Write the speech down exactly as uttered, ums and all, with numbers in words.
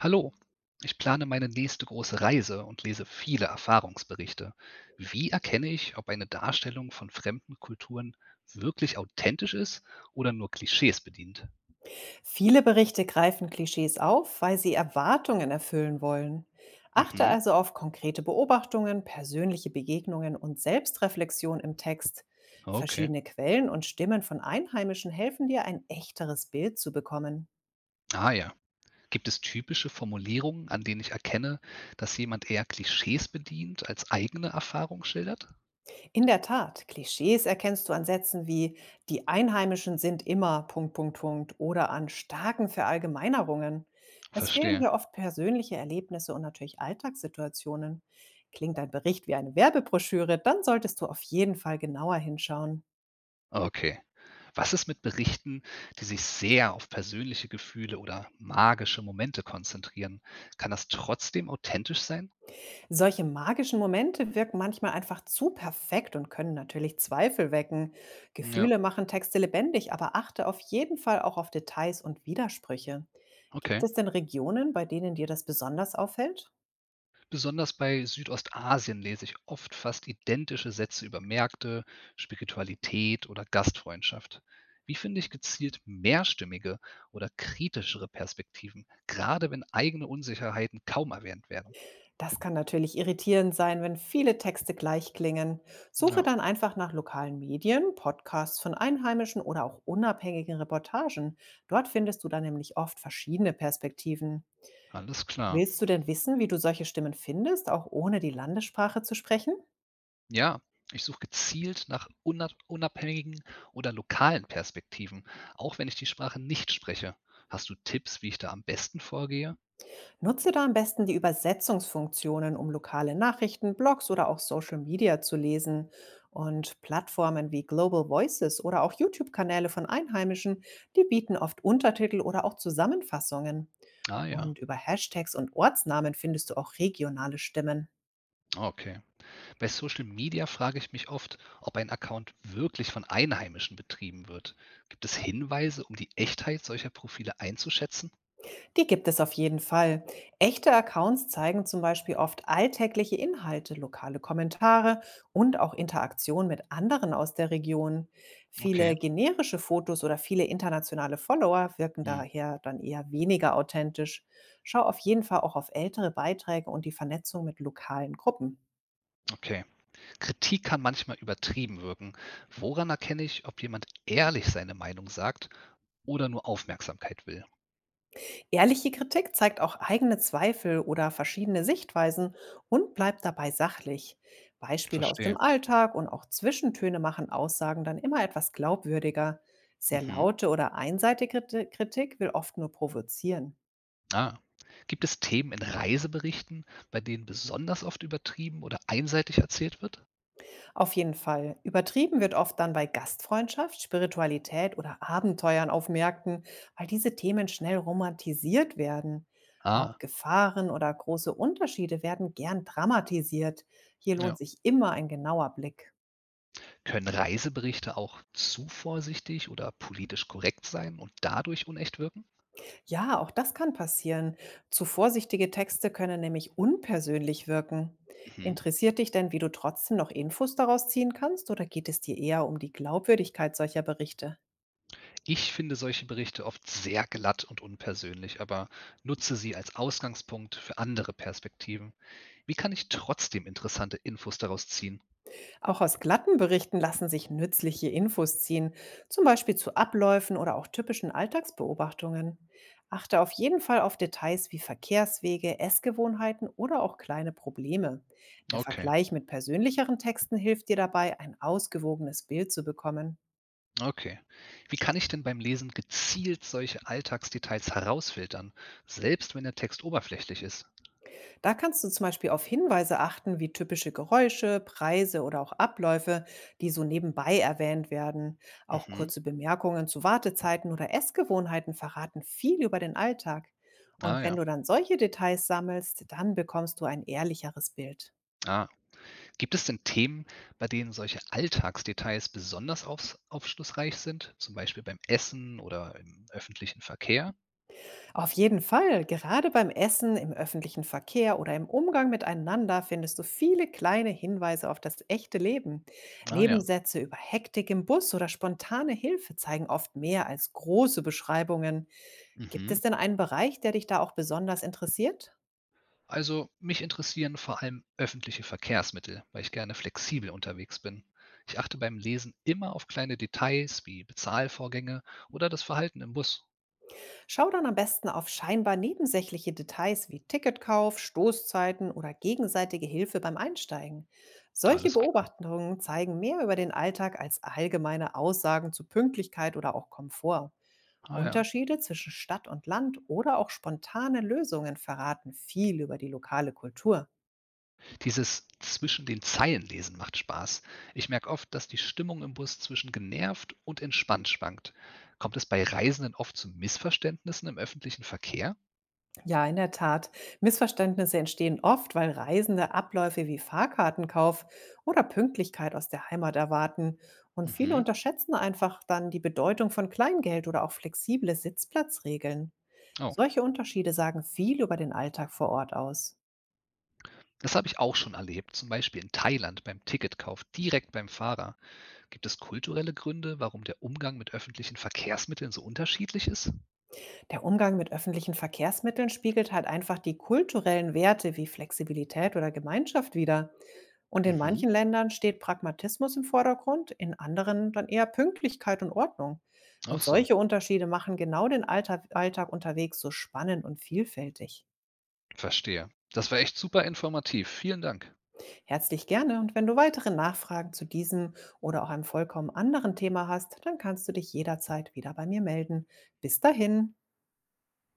Hallo, ich plane meine nächste große Reise und lese viele Erfahrungsberichte. Wie erkenne ich, ob eine Darstellung von fremden Kulturen wirklich authentisch ist oder nur Klischees bedient? Viele Berichte greifen Klischees auf, weil sie Erwartungen erfüllen wollen. Achte Mhm, also auf konkrete Beobachtungen, persönliche Begegnungen und Selbstreflexion im Text. okay. Verschiedene Quellen und Stimmen von Einheimischen helfen dir, ein echteres Bild zu bekommen. Ah ja. Gibt es typische Formulierungen, an denen ich erkenne, dass jemand eher Klischees bedient als eigene Erfahrung schildert? In der Tat, Klischees erkennst du an Sätzen wie die Einheimischen sind immer Punkt, Punkt, Punkt oder an starken Verallgemeinerungen. Es fehlen Verstehe. hier oft persönliche Erlebnisse und natürlich Alltagssituationen. Klingt ein Bericht wie eine Werbebroschüre, dann solltest du auf jeden Fall genauer hinschauen. Okay. Was ist mit Berichten, die sich sehr auf persönliche Gefühle oder magische Momente konzentrieren? Kann das trotzdem authentisch sein? Solche magischen Momente wirken manchmal einfach zu perfekt und können natürlich Zweifel wecken. Ja, Gefühle machen Texte lebendig, aber achte auf jeden Fall auch auf Details und Widersprüche. Gibt okay. es denn Regionen, bei denen dir das besonders auffällt? Besonders bei Südostasien lese ich oft fast identische Sätze über Märkte, Spiritualität oder Gastfreundschaft. Wie finde ich gezielt mehrstimmige oder kritischere Perspektiven, gerade wenn eigene Unsicherheiten kaum erwähnt werden? Das kann natürlich irritierend sein, wenn viele Texte gleich klingen. Suche Ja, dann einfach nach lokalen Medien, Podcasts von Einheimischen oder auch unabhängigen Reportagen. Dort findest du dann nämlich oft verschiedene Perspektiven. alles klar. Willst du denn wissen, wie du solche Stimmen findest, auch ohne die Landessprache zu sprechen? Ja, ich suche gezielt nach unab unabhängigen oder lokalen Perspektiven, auch wenn ich die Sprache nicht spreche. Hast du Tipps, wie ich da am besten vorgehe? Nutze da am besten die Übersetzungsfunktionen, um lokale Nachrichten, Blogs oder auch Social Media zu lesen. Und Plattformen wie Global Voices oder auch YouTube-Kanäle von Einheimischen, die bieten oft Untertitel oder auch Zusammenfassungen. Ah ja, Und über Hashtags und Ortsnamen findest du auch regionale Stimmen. okay. Bei Social Media frage ich mich oft, ob ein Account wirklich von Einheimischen betrieben wird. Gibt es Hinweise, um die Echtheit solcher Profile einzuschätzen? Die gibt es auf jeden Fall. Echte Accounts zeigen zum Beispiel oft alltägliche Inhalte, lokale Kommentare und auch Interaktion mit anderen aus der Region. Viele Okay. generische Fotos oder viele internationale Follower wirken Hm, daher dann eher weniger authentisch. Schau auf jeden Fall auch auf ältere Beiträge und die Vernetzung mit lokalen Gruppen. okay. Kritik kann manchmal übertrieben wirken. Woran erkenne ich, ob jemand ehrlich seine Meinung sagt oder nur Aufmerksamkeit will? Ehrliche Kritik zeigt auch eigene Zweifel oder verschiedene Sichtweisen und bleibt dabei sachlich. Beispiele aus Verstehe. dem Alltag und auch Zwischentöne machen Aussagen dann immer etwas glaubwürdiger. Sehr Mhm. laute oder einseitige Kritik will oft nur provozieren. Ah. Gibt es Themen in Reiseberichten, bei denen besonders oft übertrieben oder einseitig erzählt wird? Auf jeden Fall. Übertrieben wird oft dann bei Gastfreundschaft, Spiritualität oder Abenteuern auf Märkten, weil diese Themen schnell romantisiert werden. Auch Ah, Gefahren oder große Unterschiede werden gern dramatisiert. Hier ja. lohnt sich immer ein genauer Blick. Können Reiseberichte auch zu vorsichtig oder politisch korrekt sein und dadurch unecht wirken? Ja, auch das kann passieren. Zu vorsichtige Texte können nämlich unpersönlich wirken. Mhm. Interessiert dich denn, wie du trotzdem noch Infos daraus ziehen kannst, oder geht es dir eher um die Glaubwürdigkeit solcher Berichte? Ich finde solche Berichte oft sehr glatt und unpersönlich, aber nutze sie als Ausgangspunkt für andere Perspektiven. Wie kann ich trotzdem interessante Infos daraus ziehen? Auch aus glatten Berichten lassen sich nützliche Infos ziehen, zum Beispiel zu Abläufen oder auch typischen Alltagsbeobachtungen. Achte auf jeden Fall auf Details wie Verkehrswege, Essgewohnheiten oder auch kleine Probleme. Der Okay. Vergleich mit persönlicheren Texten hilft dir dabei, ein ausgewogenes Bild zu bekommen. Okay. Wie kann ich denn beim Lesen gezielt solche Alltagsdetails herausfiltern, selbst wenn der Text oberflächlich ist? Da kannst du zum Beispiel auf Hinweise achten, wie typische Geräusche, Preise oder auch Abläufe, die so nebenbei erwähnt werden. Auch Mhm. kurze Bemerkungen zu Wartezeiten oder Essgewohnheiten verraten viel über den Alltag. Und Ah wenn ja. du dann solche Details sammelst, dann bekommst du ein ehrlicheres Bild. Ah. Gibt es denn Themen, bei denen solche Alltagsdetails besonders aufs, aufschlussreich sind? Zum Beispiel beim Essen oder im öffentlichen Verkehr? Auf jeden Fall, gerade beim Essen, im öffentlichen Verkehr oder im Umgang miteinander findest du viele kleine Hinweise auf das echte Leben. Ah ja. Nebensätze über Hektik im Bus oder spontane Hilfe zeigen oft mehr als große Beschreibungen. Gibt es Mhm. denn einen Bereich, der dich da auch besonders interessiert? Also mich interessieren vor allem öffentliche Verkehrsmittel, weil ich gerne flexibel unterwegs bin. Ich achte beim Lesen immer auf kleine Details wie Bezahlvorgänge oder das Verhalten im Bus. Schau dann am besten auf scheinbar nebensächliche Details wie Ticketkauf, Stoßzeiten oder gegenseitige Hilfe beim Einsteigen. Solche Alles klar. Beobachtungen zeigen mehr über den Alltag als allgemeine Aussagen zu Pünktlichkeit oder auch Komfort. Ah ja. Unterschiede zwischen Stadt und Land oder auch spontane Lösungen verraten viel über die lokale Kultur. Dieses zwischen den Zeilen lesen macht Spaß. Ich merke oft, dass die Stimmung im Bus zwischen genervt und entspannt schwankt. Kommt es bei Reisenden oft zu Missverständnissen im öffentlichen Verkehr? Ja, in der Tat. Missverständnisse entstehen oft, weil Reisende Abläufe wie Fahrkartenkauf oder Pünktlichkeit aus der Heimat erwarten. Und viele Mhm. unterschätzen einfach dann die Bedeutung von Kleingeld oder auch flexible Sitzplatzregeln. Oh. Solche Unterschiede sagen viel über den Alltag vor Ort aus. Das habe ich auch schon erlebt, zum Beispiel in Thailand beim Ticketkauf direkt beim Fahrer. Gibt es kulturelle Gründe, warum der Umgang mit öffentlichen Verkehrsmitteln so unterschiedlich ist? Der Umgang mit öffentlichen Verkehrsmitteln spiegelt halt einfach die kulturellen Werte wie Flexibilität oder Gemeinschaft wider. Und in Mhm. manchen Ländern steht Pragmatismus im Vordergrund, in anderen dann eher Pünktlichkeit und Ordnung. Ach Und so, solche Unterschiede machen genau den Alltag, Alltag unterwegs so spannend und vielfältig. verstehe. Das war echt super informativ. Vielen Dank. Herzlich gerne und wenn du weitere Nachfragen zu diesem oder auch einem vollkommen anderen Thema hast, dann kannst du dich jederzeit wieder bei mir melden. Bis dahin.